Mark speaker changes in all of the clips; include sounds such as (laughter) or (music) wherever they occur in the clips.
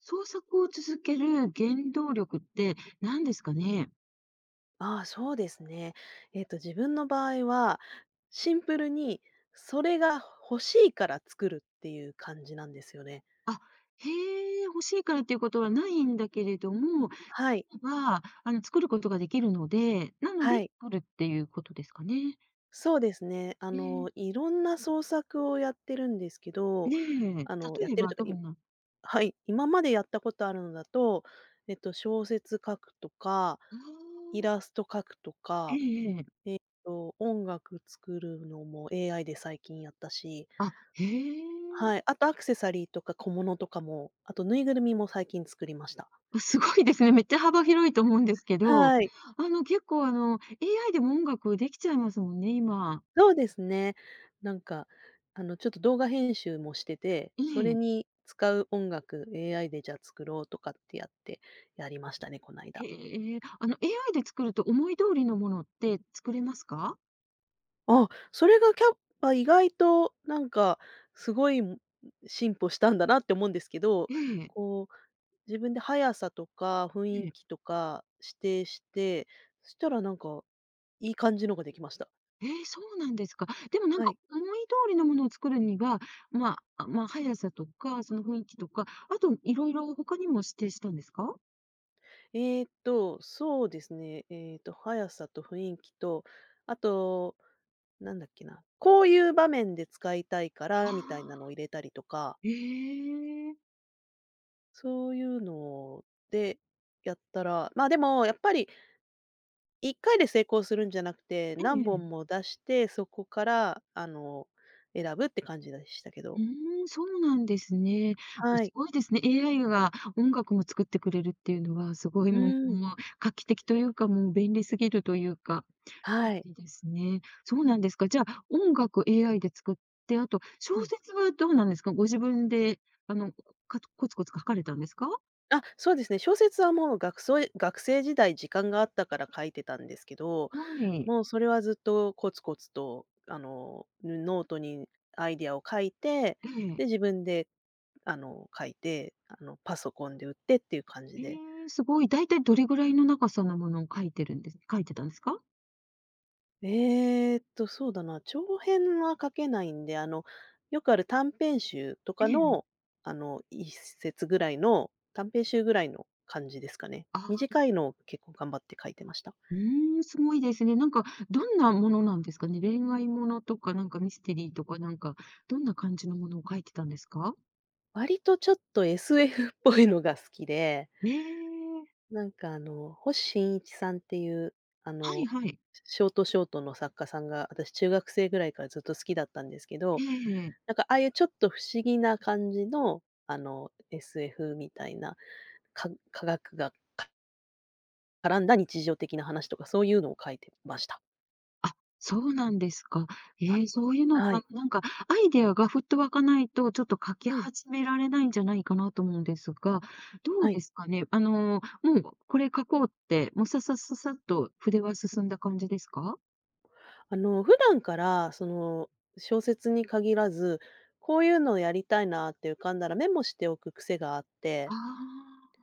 Speaker 1: 創作を続ける原動力って何ですかね？
Speaker 2: ああ、そうですね。自分の場合は、シンプルにそれが欲しいから作るっていう感じなんですよね。
Speaker 1: あ、へえ、欲しいからっていうことはないんだけれども、
Speaker 2: は
Speaker 1: 作
Speaker 2: い、
Speaker 1: れば、作ることができるので、なので
Speaker 2: はい。
Speaker 1: 作るっていうことですかね。
Speaker 2: そうですね。
Speaker 1: ええ、
Speaker 2: いろんな創作をやってるんですけど、
Speaker 1: ねえ、
Speaker 2: あの、やっ
Speaker 1: 例え
Speaker 2: てる
Speaker 1: ば
Speaker 2: とか、
Speaker 1: ど
Speaker 2: い
Speaker 1: んな
Speaker 2: はい、今までやったことあるのだと、小説書くとか、
Speaker 1: あ
Speaker 2: イ
Speaker 1: あ、
Speaker 2: ラスト書くと
Speaker 1: え
Speaker 2: か、
Speaker 1: えええ。
Speaker 2: と音楽作るのも AI で最近やったし、
Speaker 1: あ、へえ。
Speaker 2: はい、あとアクセサリーとか小物とかも、あとぬいぐるみも最近作りました。
Speaker 1: あ、すごいですね。めっちゃ幅広いと思うんですけど、
Speaker 2: はい、
Speaker 1: 結構、AI でも音楽できちゃいますもんね、今。
Speaker 2: そうですね。なんか、ちょっと動画編集もしてて、
Speaker 1: え
Speaker 2: それ
Speaker 1: え。
Speaker 2: に使う音楽、AI でじゃあ作ろうとかってやって、やりましたね、この間。
Speaker 1: へえ、あの AI で作ると思い通りのものって作れますか？
Speaker 2: あ、それがキャッパ意外となんかすごい、ん、進歩したんだなって思うんですけど、
Speaker 1: ええ、
Speaker 2: こう、自分で速さとか雰
Speaker 1: え
Speaker 2: 囲
Speaker 1: え。
Speaker 2: 気とか指定して、そしたらいい感じのができました。
Speaker 1: ええ、そうなんですか。でもなん
Speaker 2: は
Speaker 1: か
Speaker 2: い。
Speaker 1: 思い通りのものを作るには、まあ、速さとか、その雰囲気とか、あといろいろ他にも指定したんですか？
Speaker 2: そうですね。速さと雰囲気と、あと、なんだっけな、こういう場面で使いたいか
Speaker 1: あ
Speaker 2: らみたいなのを入れたりとか、
Speaker 1: あ、ええ。
Speaker 2: そういうのでやったら、まあ、でもやっぱり一回で成功するんじゃなくて、
Speaker 1: え
Speaker 2: 何
Speaker 1: え
Speaker 2: 本
Speaker 1: ええ
Speaker 2: も出して、そこから、選ぶって感じでしたけ
Speaker 1: う
Speaker 2: ど。
Speaker 1: ーん、そうなんですね。もう
Speaker 2: は
Speaker 1: す
Speaker 2: い。
Speaker 1: ごいですね。AI が音楽も作ってくれるっていうのは、すごい
Speaker 2: う
Speaker 1: もう、
Speaker 2: ん、
Speaker 1: もう画期的というか、もう便利すぎるというか。アプ
Speaker 2: はい。
Speaker 1: リですね。そうなんですか。じゃあ、音楽 AI で作って、あと小
Speaker 2: うん。
Speaker 1: 説はどうなんですか？ご自分で、あの、かコツコツ書かれたんですか？
Speaker 2: あ、そうですね、小説はもう、学生時代時間があったから書いてたんですけど、
Speaker 1: はい。
Speaker 2: もうそれはずっとコツコツと、ノートにアイディアを書いて、
Speaker 1: ええ。
Speaker 2: で、自分で、書いて、パソコンで売ってっていう感じ
Speaker 1: え
Speaker 2: で。
Speaker 1: え、すごい。だいたいどれぐらいの長さのものを書いてたんですか？
Speaker 2: えそうだな、長編は書けないんで、よくある短編集と
Speaker 1: え
Speaker 2: か
Speaker 1: え。
Speaker 2: の、一節ぐらいの、短編集ぐらいの感じですかね。
Speaker 1: ああ、
Speaker 2: 短いのを結構頑張って書いてました。
Speaker 1: うーん、すごいですね。なんか、どんなものなんですかね？恋愛ものとか、なんかミステリーとか、なんか、どんな感じのものを書いてたんですか？
Speaker 2: 割とちょっと SF っぽいのが好きで、
Speaker 1: ええ。
Speaker 2: 星新一さんっていう、あ
Speaker 1: はい
Speaker 2: の、
Speaker 1: はい。
Speaker 2: ショートショートの作家さんが、私中学生ぐらいからずっと好きだったんですけど、
Speaker 1: ええ。
Speaker 2: ああいうちょっと不思議な感じの、SF みたいな、科学が絡んだ日常的な話とか、そういうのを書いてました。
Speaker 1: そうなんですか。ええ、そういうのって、
Speaker 2: はい。
Speaker 1: なんか、アイデアがふっと湧かないと、ちょっと書き
Speaker 2: うん、
Speaker 1: 始められないんじゃないかなと思うんですが、どう
Speaker 2: はい。
Speaker 1: ですかね？もうこれ書こうって、もうささささっと筆は進んだ感じですか？
Speaker 2: 普段から、その、小説に限らず、こういうのをやりたいなって浮かんだらメモしておく癖があって、
Speaker 1: ああ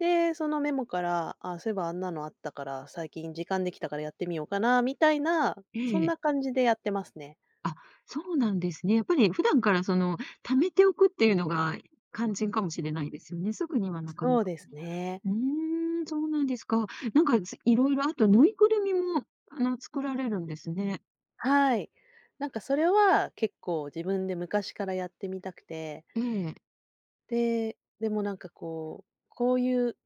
Speaker 2: で、そのメモから、あ、そういえばあんなのあったから、最近時間できたからやってみようかなみたいな、
Speaker 1: ー、
Speaker 2: そん
Speaker 1: ええ。
Speaker 2: な感じでやってますね。
Speaker 1: あ、そうなんですね。やっぱり普段からその、溜めておくっていうのが肝心かもしれないですよね。すぐにはなかな
Speaker 2: そう
Speaker 1: か
Speaker 2: です
Speaker 1: ね
Speaker 2: ね。
Speaker 1: うーん、そうなんですか。なんか、いろいろあと、ぬいぐるみも、作られるんですね。
Speaker 2: はい。それは結構自分で昔からやってみたくて、
Speaker 1: ええ。
Speaker 2: で、でもこういう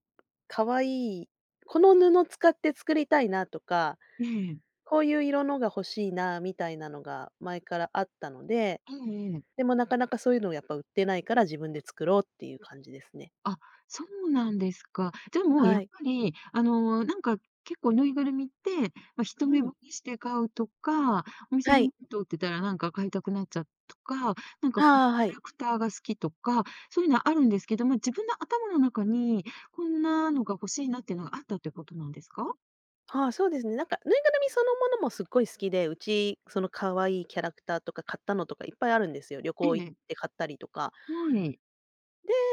Speaker 2: 可愛い、この布使って作りたいなとか、
Speaker 1: ええ。
Speaker 2: こういう色のが欲しいなみたいなのが前からあったので、
Speaker 1: ええええ。
Speaker 2: でもなかなかそういうのをやっぱ売ってないから自分で作ろうっていう感じですね。
Speaker 1: あ、そうなんですか。じゃ、もうや
Speaker 2: は
Speaker 1: っ
Speaker 2: い。
Speaker 1: ぱり、なんか結構ぬいぐるみって、まあ、一
Speaker 2: う
Speaker 1: 目
Speaker 2: ん。
Speaker 1: 惚れして買うとか、お店
Speaker 2: は
Speaker 1: でも
Speaker 2: い。
Speaker 1: 通ってたらなんか買いたくなっちゃうとか、なんかこの
Speaker 2: ああ、
Speaker 1: キャ
Speaker 2: はい。
Speaker 1: ラクターが好きとか、そういうのはあるんですけど、まあ、自分の頭の中にこんなのが欲しいなっていうのがあったってことなんですか？
Speaker 2: ああ、そうですね。ぬいぐるみそのものもすっごい好きで、うち、その可愛いキャラクターとか買ったのとかいっぱいあるんですよ。旅
Speaker 1: え
Speaker 2: 行行っ
Speaker 1: え。
Speaker 2: て買ったりとか。
Speaker 1: はい。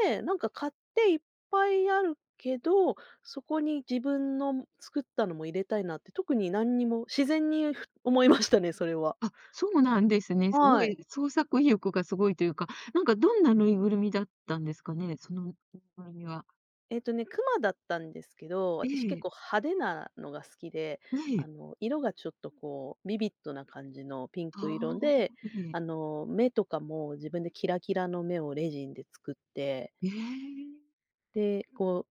Speaker 2: で、買っていっぱいあるけど、そこに自分の作ったのも入れたいなって、特に何にも自然に思いましたね、それは。
Speaker 1: あ、そうなんですね。すご
Speaker 2: はい。
Speaker 1: い創作意欲がすごいというか、なんかどんなぬいぐるみだったんですかね？そのぬいぐるみは。
Speaker 2: えっとね、クマだったんですけど、
Speaker 1: え
Speaker 2: 私結
Speaker 1: え、
Speaker 2: 構派手なのが好きで、
Speaker 1: ええ、
Speaker 2: 色がちょっとこう、ビビッドな感じのピンク色
Speaker 1: あ
Speaker 2: で、
Speaker 1: あ、ええ、
Speaker 2: 目とかも自分でキラキラの目をレジンで作って、
Speaker 1: ええ、
Speaker 2: で、こ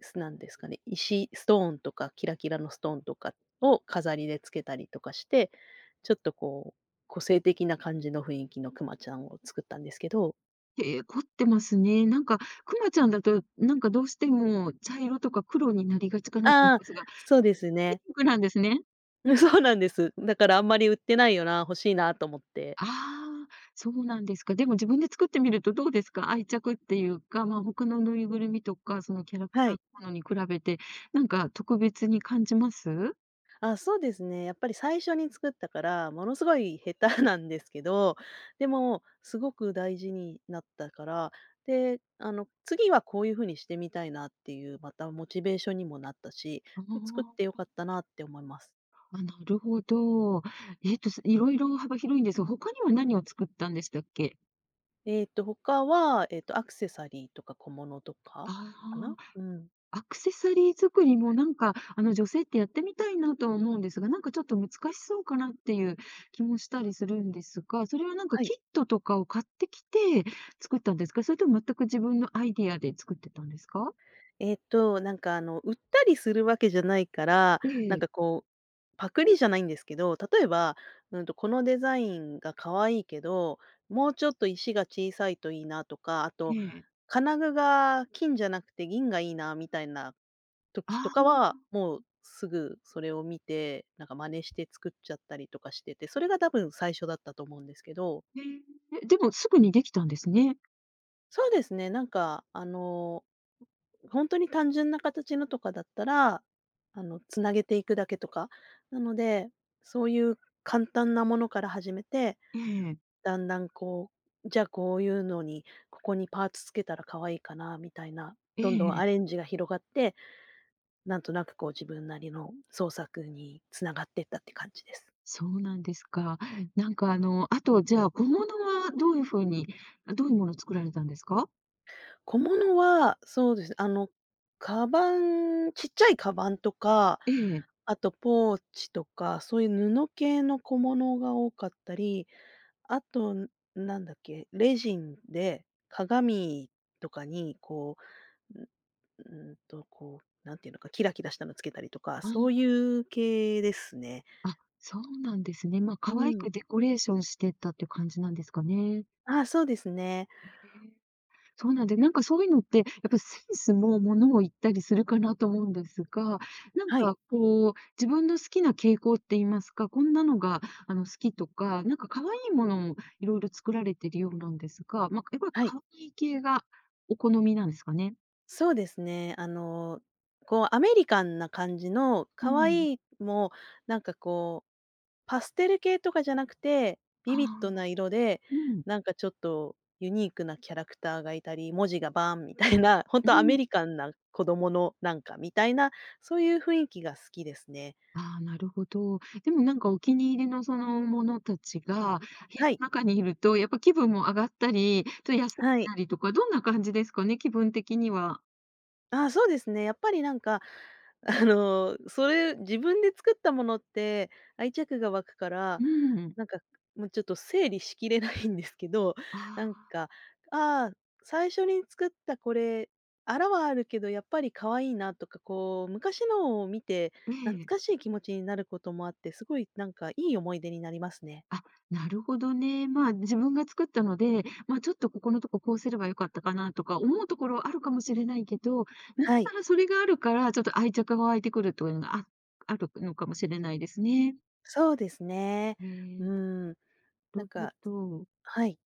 Speaker 2: う、なんですかね、石、ストーンとかキラキラのストーンとかを飾りでつけたりとかして、ちょっとこう、個性的な感じの雰囲気のクマちゃんを作ったんですけど、
Speaker 1: へえ、凝ってますね。なんか、くまちゃんだと、なんかどうしても茶色とか黒になりがちかなと思うん
Speaker 2: ああ、
Speaker 1: ですが、
Speaker 2: そうです
Speaker 1: ピ
Speaker 2: ね。
Speaker 1: ンクなんですね。
Speaker 2: (laughs) うん、そうなんです。だからあんまり売ってないよな、欲しいなと思って。
Speaker 1: ああ、そうなんですか。でも自分で作ってみるとどうですか？愛着っていうか、まあ、他のぬいぐるみとか、そのキャラク
Speaker 2: は
Speaker 1: ター
Speaker 2: い。
Speaker 1: のものに比べて、なんか特別に感じます？
Speaker 2: あ、そうですね。やっぱり最初に作ったから、ものすごい下手 (laughs) なんですけど、でもすごく大事になったから、で、次はこういう風にしてみたいなっていう、またモチベーションにもなったし、
Speaker 1: あ
Speaker 2: で、作って
Speaker 1: あ、
Speaker 2: 良かったなって思います。
Speaker 1: あ、なるほど。えっと、すいろいろ幅広いんですが、他には何を作ったんでしたっけ？
Speaker 2: えっと他は、えっとアクセサリーとか小物とかかな？
Speaker 1: ああ。
Speaker 2: うん。
Speaker 1: アクセサリー作りもなんか、女性ってやってみたいなとは思うんですが、なんかちょっと難しそうかなっていう気もしたりするんですが、それはなんか
Speaker 2: はい。
Speaker 1: キットとかを買ってきて作ったんですか？それとも全く自分のアイディアで作ってたんですか？
Speaker 2: えっと、売ったりするわけじゃないから、
Speaker 1: え
Speaker 2: なん
Speaker 1: え、
Speaker 2: かこう、パクリじゃないんですけど、例えば、うんと、このデザインが可愛いけど、もうちょっと石が小さいといいなとか、あ
Speaker 1: え
Speaker 2: と、
Speaker 1: え。
Speaker 2: 金具が金じゃなくて銀がいいなみたいな時と
Speaker 1: あ
Speaker 2: か
Speaker 1: あ、
Speaker 2: は、もうすぐそれを見て、真似して作っちゃったりとかしてて、それが多分最初だったと思うんですけど。
Speaker 1: え。え、でもすぐにできたんですね。
Speaker 2: そうですね、本当に単純な形のとかだったら、繋げていくだけとか、なので、そういう簡単なものから始めて、
Speaker 1: ええ、
Speaker 2: だんだん、じゃあこういうのに、ここにパーツつけたら可愛いかなみたいな、
Speaker 1: え
Speaker 2: どんどん
Speaker 1: え
Speaker 2: アレ
Speaker 1: ええ
Speaker 2: ンジが広がって、なんとなくこう自分なりの創作に繋がっていったって感じです。
Speaker 1: そうなんですか。なんかあの、あとじゃあ小物はどういう風にどういうものを作られたんですか？
Speaker 2: 小物は、そうですね、カバン、ちっちゃいカバンとか、
Speaker 1: ええ。
Speaker 2: あとポーチとか、そういう布系の小物が多かったり、あと、なんだっけ、レジンで鏡とかにう、んうんと、こう、なんていうのか、キラキラしたのつけたりとか、そ
Speaker 1: あ
Speaker 2: ういう系ですね。
Speaker 1: あ、そうなんですね。まあ、
Speaker 2: う
Speaker 1: 可愛
Speaker 2: ん。
Speaker 1: くデコレーションしてったっていう感じなんですかね。
Speaker 2: あ、そうですね。
Speaker 1: へえ。そうなんで、なんかそういうのって、やっぱセンスも物を言ったりするかなと思うんですが、なん
Speaker 2: はい、
Speaker 1: かこう、自分の好きな傾向って言いますか、こんなのが、好きとか、なんか可愛いものもいろいろ作られてるようなんですが、まあ、やっぱり
Speaker 2: はい。
Speaker 1: 可愛い系がお好みなんですかね？
Speaker 2: そうですね。こうアメリカンな感じの
Speaker 1: う
Speaker 2: 可
Speaker 1: ん。
Speaker 2: 愛いも、なんかこう、パステル系とかじゃなくて、
Speaker 1: あ
Speaker 2: ビビッド
Speaker 1: あ、
Speaker 2: な色で、
Speaker 1: うん、
Speaker 2: ちょっとユニークなキャラクターがいたり、文字がバーンみたいな、ほん
Speaker 1: う
Speaker 2: とアメ
Speaker 1: ん。
Speaker 2: リカンな子供のなんかみたいな、そういう雰囲気が好きですね。
Speaker 1: ああ、なるほど。でもなんかお気に入りのそのものたちが、部屋
Speaker 2: はい、
Speaker 1: の中にいると、やっぱ気分も上がったり、ちょっと休
Speaker 2: は
Speaker 1: ん
Speaker 2: い。
Speaker 1: だりとか、どんな感じですかね、気分的には。
Speaker 2: あ、そうですね。やっぱり、(laughs) それ自分で作ったものって愛着が湧くから、
Speaker 1: うん。
Speaker 2: なんか、もうちょっと整理しきれないんですけど、
Speaker 1: あ
Speaker 2: なん
Speaker 1: あ、
Speaker 2: か、ああ、最初に作ったこれ、あらはあるけどやっぱり可愛いなとか、こう、昔のを見て
Speaker 1: え
Speaker 2: 懐
Speaker 1: え。
Speaker 2: かしい気持ちになることもあって、すごいいい思い出になりますね。
Speaker 1: あ、なるほどね。まあ、自分が作ったので、まあ、ちょっとここのとここうすればよかったかなとか思うところあるかもしれないけど、見
Speaker 2: はい。
Speaker 1: たらそれがあるから、ちょっと愛着が湧いてくるというのがああるのかもしれないですね。
Speaker 2: そうですね。
Speaker 1: ええ、
Speaker 2: うん。
Speaker 1: な
Speaker 2: なん
Speaker 1: るほ
Speaker 2: か
Speaker 1: ど。
Speaker 2: はい。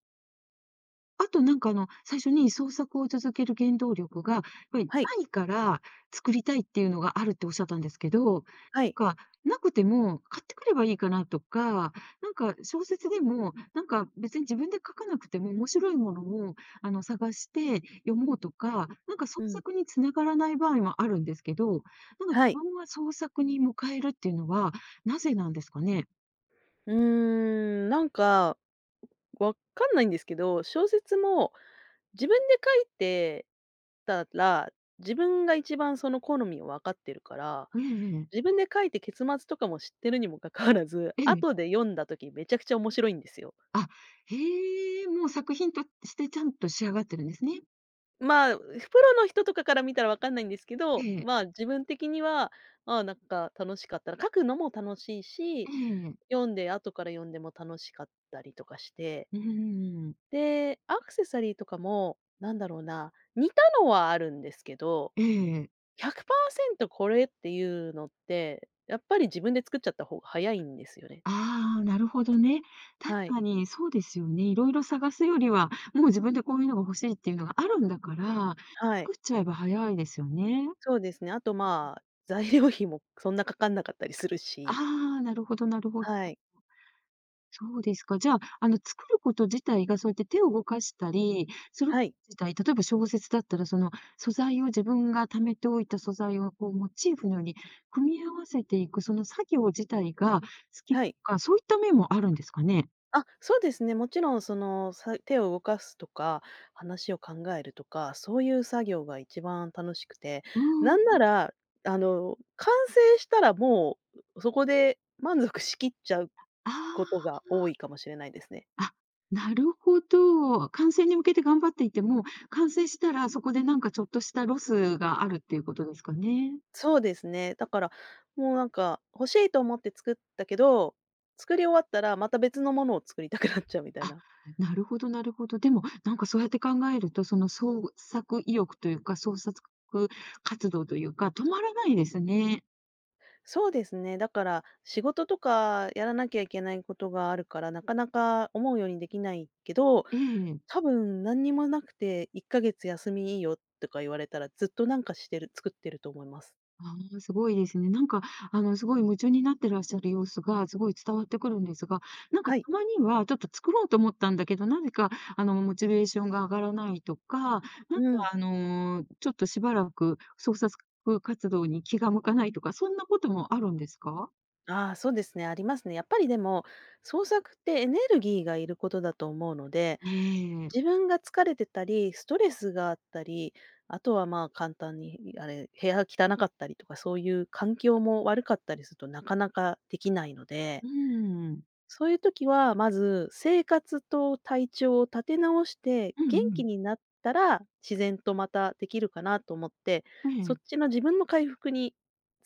Speaker 1: あとなんかあの、最初に創作を続ける原動力が、やっぱり
Speaker 2: はい。
Speaker 1: ないから作りたいっていうのがあるっておっしゃったんですけど、
Speaker 2: はい。はい。
Speaker 1: か、なくても買ってくればいいかなとか、なんか小説でも、なんか別に自分で書かなくても面白いものをあの探して読もうとか、なんか創
Speaker 2: うん。
Speaker 1: 作につながらない場合もあるんですけど、なんか自
Speaker 2: はい。
Speaker 1: 分は創作に向かえるっていうのは、なぜなんですかね？
Speaker 2: うーん、わかんないんですけど、小説も自分で書いてたら、自分が一番その好みを分かってるから、
Speaker 1: えええ
Speaker 2: 自
Speaker 1: え。
Speaker 2: 分で書いて結末とかも知ってるにもかかわらず、
Speaker 1: ええ
Speaker 2: 後で読んだ時めちゃくちゃ面白いんですよ。
Speaker 1: あ、へえ、もう作品としてちゃんと仕上がってるんですね。
Speaker 2: まあ、プロの人とかから見たらわかんないんですけ
Speaker 1: え
Speaker 2: ど、
Speaker 1: え、
Speaker 2: まあ、自分的には、ああ、楽しかったら書くのも楽しいし、
Speaker 1: ええ、
Speaker 2: 読んで後から読んでも楽しかったりとかして、
Speaker 1: うーん、
Speaker 2: で、アクセサリーとかも、なんだろうな、似たのはあるんですけど、
Speaker 1: ええ。
Speaker 2: 100%これっていうのって、やっぱり自分で作っちゃった方が早いんですよね。
Speaker 1: ああ、なるほどね。確
Speaker 2: はい。
Speaker 1: かにそうですよね。いろいろ探すよりは、もう自分でこういうのが欲しいっていうのがあるんだから、
Speaker 2: はい。
Speaker 1: 作っちゃえば早いですよね。
Speaker 2: そうですね。あと、まあ、材料費もそんなかかんなかったりするし。
Speaker 1: ああ、なるほどなるほど。
Speaker 2: はい。
Speaker 1: そうですか。じゃあ、作ること自体がそうやって手を動かしたり、それ
Speaker 2: はい。
Speaker 1: 自体、例えば小説だったら、その素材を自分が貯めておいた素材をこうモチーフのように組み合わせていく、その作業自体が好きと
Speaker 2: はい。
Speaker 1: か、そういった面もあるんですかね？
Speaker 2: あ、そうですね。もちろんその、手を動かすとか、話を考えるとか、そういう作業が一番楽しくて、
Speaker 1: うー
Speaker 2: な
Speaker 1: ん、
Speaker 2: ん
Speaker 1: あ
Speaker 2: なら、完成したらもう、そこで満足しきっちゃうことが多いかもしれないですね。
Speaker 1: あ、あ、なるほど。完成に向けて頑張っていても、完成したらそこでなんかちょっとしたロスがあるっていうことですかね？
Speaker 2: そうですね。だから、もう、欲しいと思って作ったけど、作り終わったらまた別のものを作りたくなっちゃうみたい
Speaker 1: あ、
Speaker 2: な。
Speaker 1: なるほどなるほど。でも、なんかそうやって考えると、その創作意欲というか、創作活動というか、止まらないですね。
Speaker 2: そうですね。だから、仕事とかやらなきゃいけないことがあるから、なかなか思うようにできないけど、
Speaker 1: ええ。
Speaker 2: 多分何にもなくて1ヶ月休みいいよとか言われたら、ずっとなんかしてる作ってると思います。
Speaker 1: ああ、すごいですね。なんか、すごい夢中になってらっしゃる様子がすごい伝わってくるんですが、なんか
Speaker 2: は
Speaker 1: た
Speaker 2: い。
Speaker 1: まにはちょっと作ろうと思ったんだけど、なぜか、モチベーションが上がらないとか、なんか、
Speaker 2: うん。
Speaker 1: ちょっとしばらく創作活動に気が向かないとか、そんなこともあるんですか？
Speaker 2: ああ、そうですね、ありますね。やっぱりでも、創作ってエネルギーがいることだと思うので、
Speaker 1: ええ。
Speaker 2: 自分が疲れてたり、ストレスがあったり、あとはまあ簡単にあれ、部屋汚かったりとか、そういう環境も悪かったりするとなかなかできないので、
Speaker 1: うん。
Speaker 2: そういう時は、まず生活と体調を立て直して、
Speaker 1: うん
Speaker 2: 元
Speaker 1: う
Speaker 2: 気
Speaker 1: ん
Speaker 2: になったら、自然とまたできるかなと思って、
Speaker 1: え
Speaker 2: そっ
Speaker 1: え。
Speaker 2: ちの自分の回復に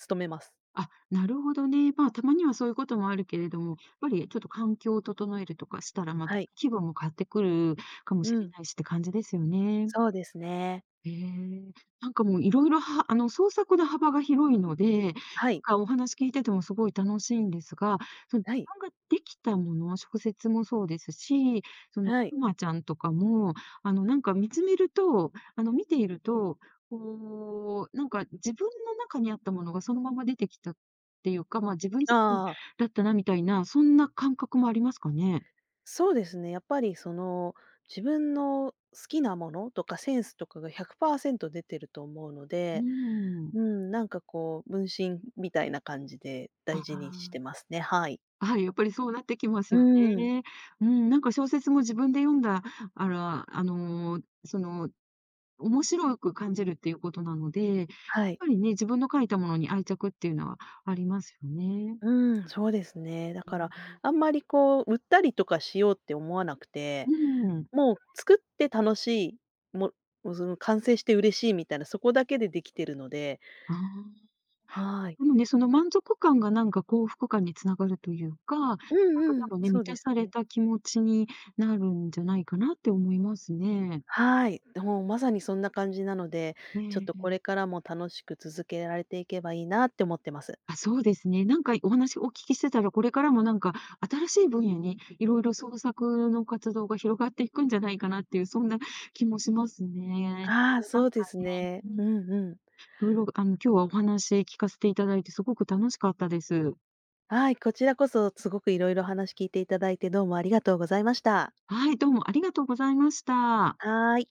Speaker 2: 努めます。
Speaker 1: あ、なるほどね。まあ、たまにはそういうこともあるけれども、やっぱりちょっと環境を整えるとかしたら、また
Speaker 2: はい。
Speaker 1: 気分も変わってくるかも
Speaker 2: う
Speaker 1: しれ
Speaker 2: ん。
Speaker 1: ないしって感じですよね。
Speaker 2: そうですね。
Speaker 1: ええ、なんかもういろいろ、はあの、創作の幅が広いので、なん
Speaker 2: はい。
Speaker 1: かお話聞いててもすごい楽しいんですが、その自
Speaker 2: はい。
Speaker 1: 分ができたもの、小説もそうですし、その
Speaker 2: はい。
Speaker 1: くまちゃんとかも、なんか見つめると、見ていると、こう、なんか自分の中にあったものがそのまま出てきたっていうか、まあ、自分自身
Speaker 2: ああ、
Speaker 1: だったなみたいな、そんな感覚もありますかね？
Speaker 2: そうですね。やっぱりその、自分の好きなものとかセンスとかが100%出てると思うの
Speaker 1: う
Speaker 2: で、
Speaker 1: ん。
Speaker 2: うん、分身みたいな感じで
Speaker 1: あ
Speaker 2: 大事にしてま
Speaker 1: あ。
Speaker 2: すね。はい。
Speaker 1: はい、やっぱりそうなってきます
Speaker 2: う
Speaker 1: よ
Speaker 2: ん。
Speaker 1: ね。うん、なんか小説も自分で読んだ、あら、その、面白く感じるっていうことなので、やっ
Speaker 2: はい。
Speaker 1: ぱりね、自分の書いたものに愛着っていうのはありますよね。
Speaker 2: うん、そうですね。だ
Speaker 1: う
Speaker 2: から、
Speaker 1: ん。
Speaker 2: あんまり売ったりとかしようって思わなくて、
Speaker 1: うん。
Speaker 2: もう作って楽しい、もうその完成して嬉しいみたいな、そこだけでできてるので、
Speaker 1: ああ、
Speaker 2: はい。
Speaker 1: でもね、その満足感がなんか幸福感につながるというか、なんか
Speaker 2: うんう
Speaker 1: 多
Speaker 2: ん、
Speaker 1: 分ね、
Speaker 2: そ
Speaker 1: 満
Speaker 2: うで
Speaker 1: た
Speaker 2: す
Speaker 1: され
Speaker 2: ね。
Speaker 1: た気持ちになるんじゃないかなって思いますね。
Speaker 2: はい。もうまさにそんな感じなので、ちょっとこ
Speaker 1: ね。
Speaker 2: れからも楽しく続けられていけばいいなって思ってます。
Speaker 1: あ、そうですね。なんかお話お聞きしてたら、これからもなんか新しい分野にいろいろ創作の活動が広がっていくんじゃないかなっていう、そんな気もしますね。で
Speaker 2: ああ、
Speaker 1: もなん
Speaker 2: そう
Speaker 1: か、
Speaker 2: ですね。
Speaker 1: うん、い
Speaker 2: うんうん。
Speaker 1: ろいろあの、今日はお話聞かせていただいてすごく楽しかったです。
Speaker 2: はい、こちらこそすごくいろいろ話聞いていただいて、どうもありがとうございました。
Speaker 1: はい、どうもありがとうございました。
Speaker 2: はーい。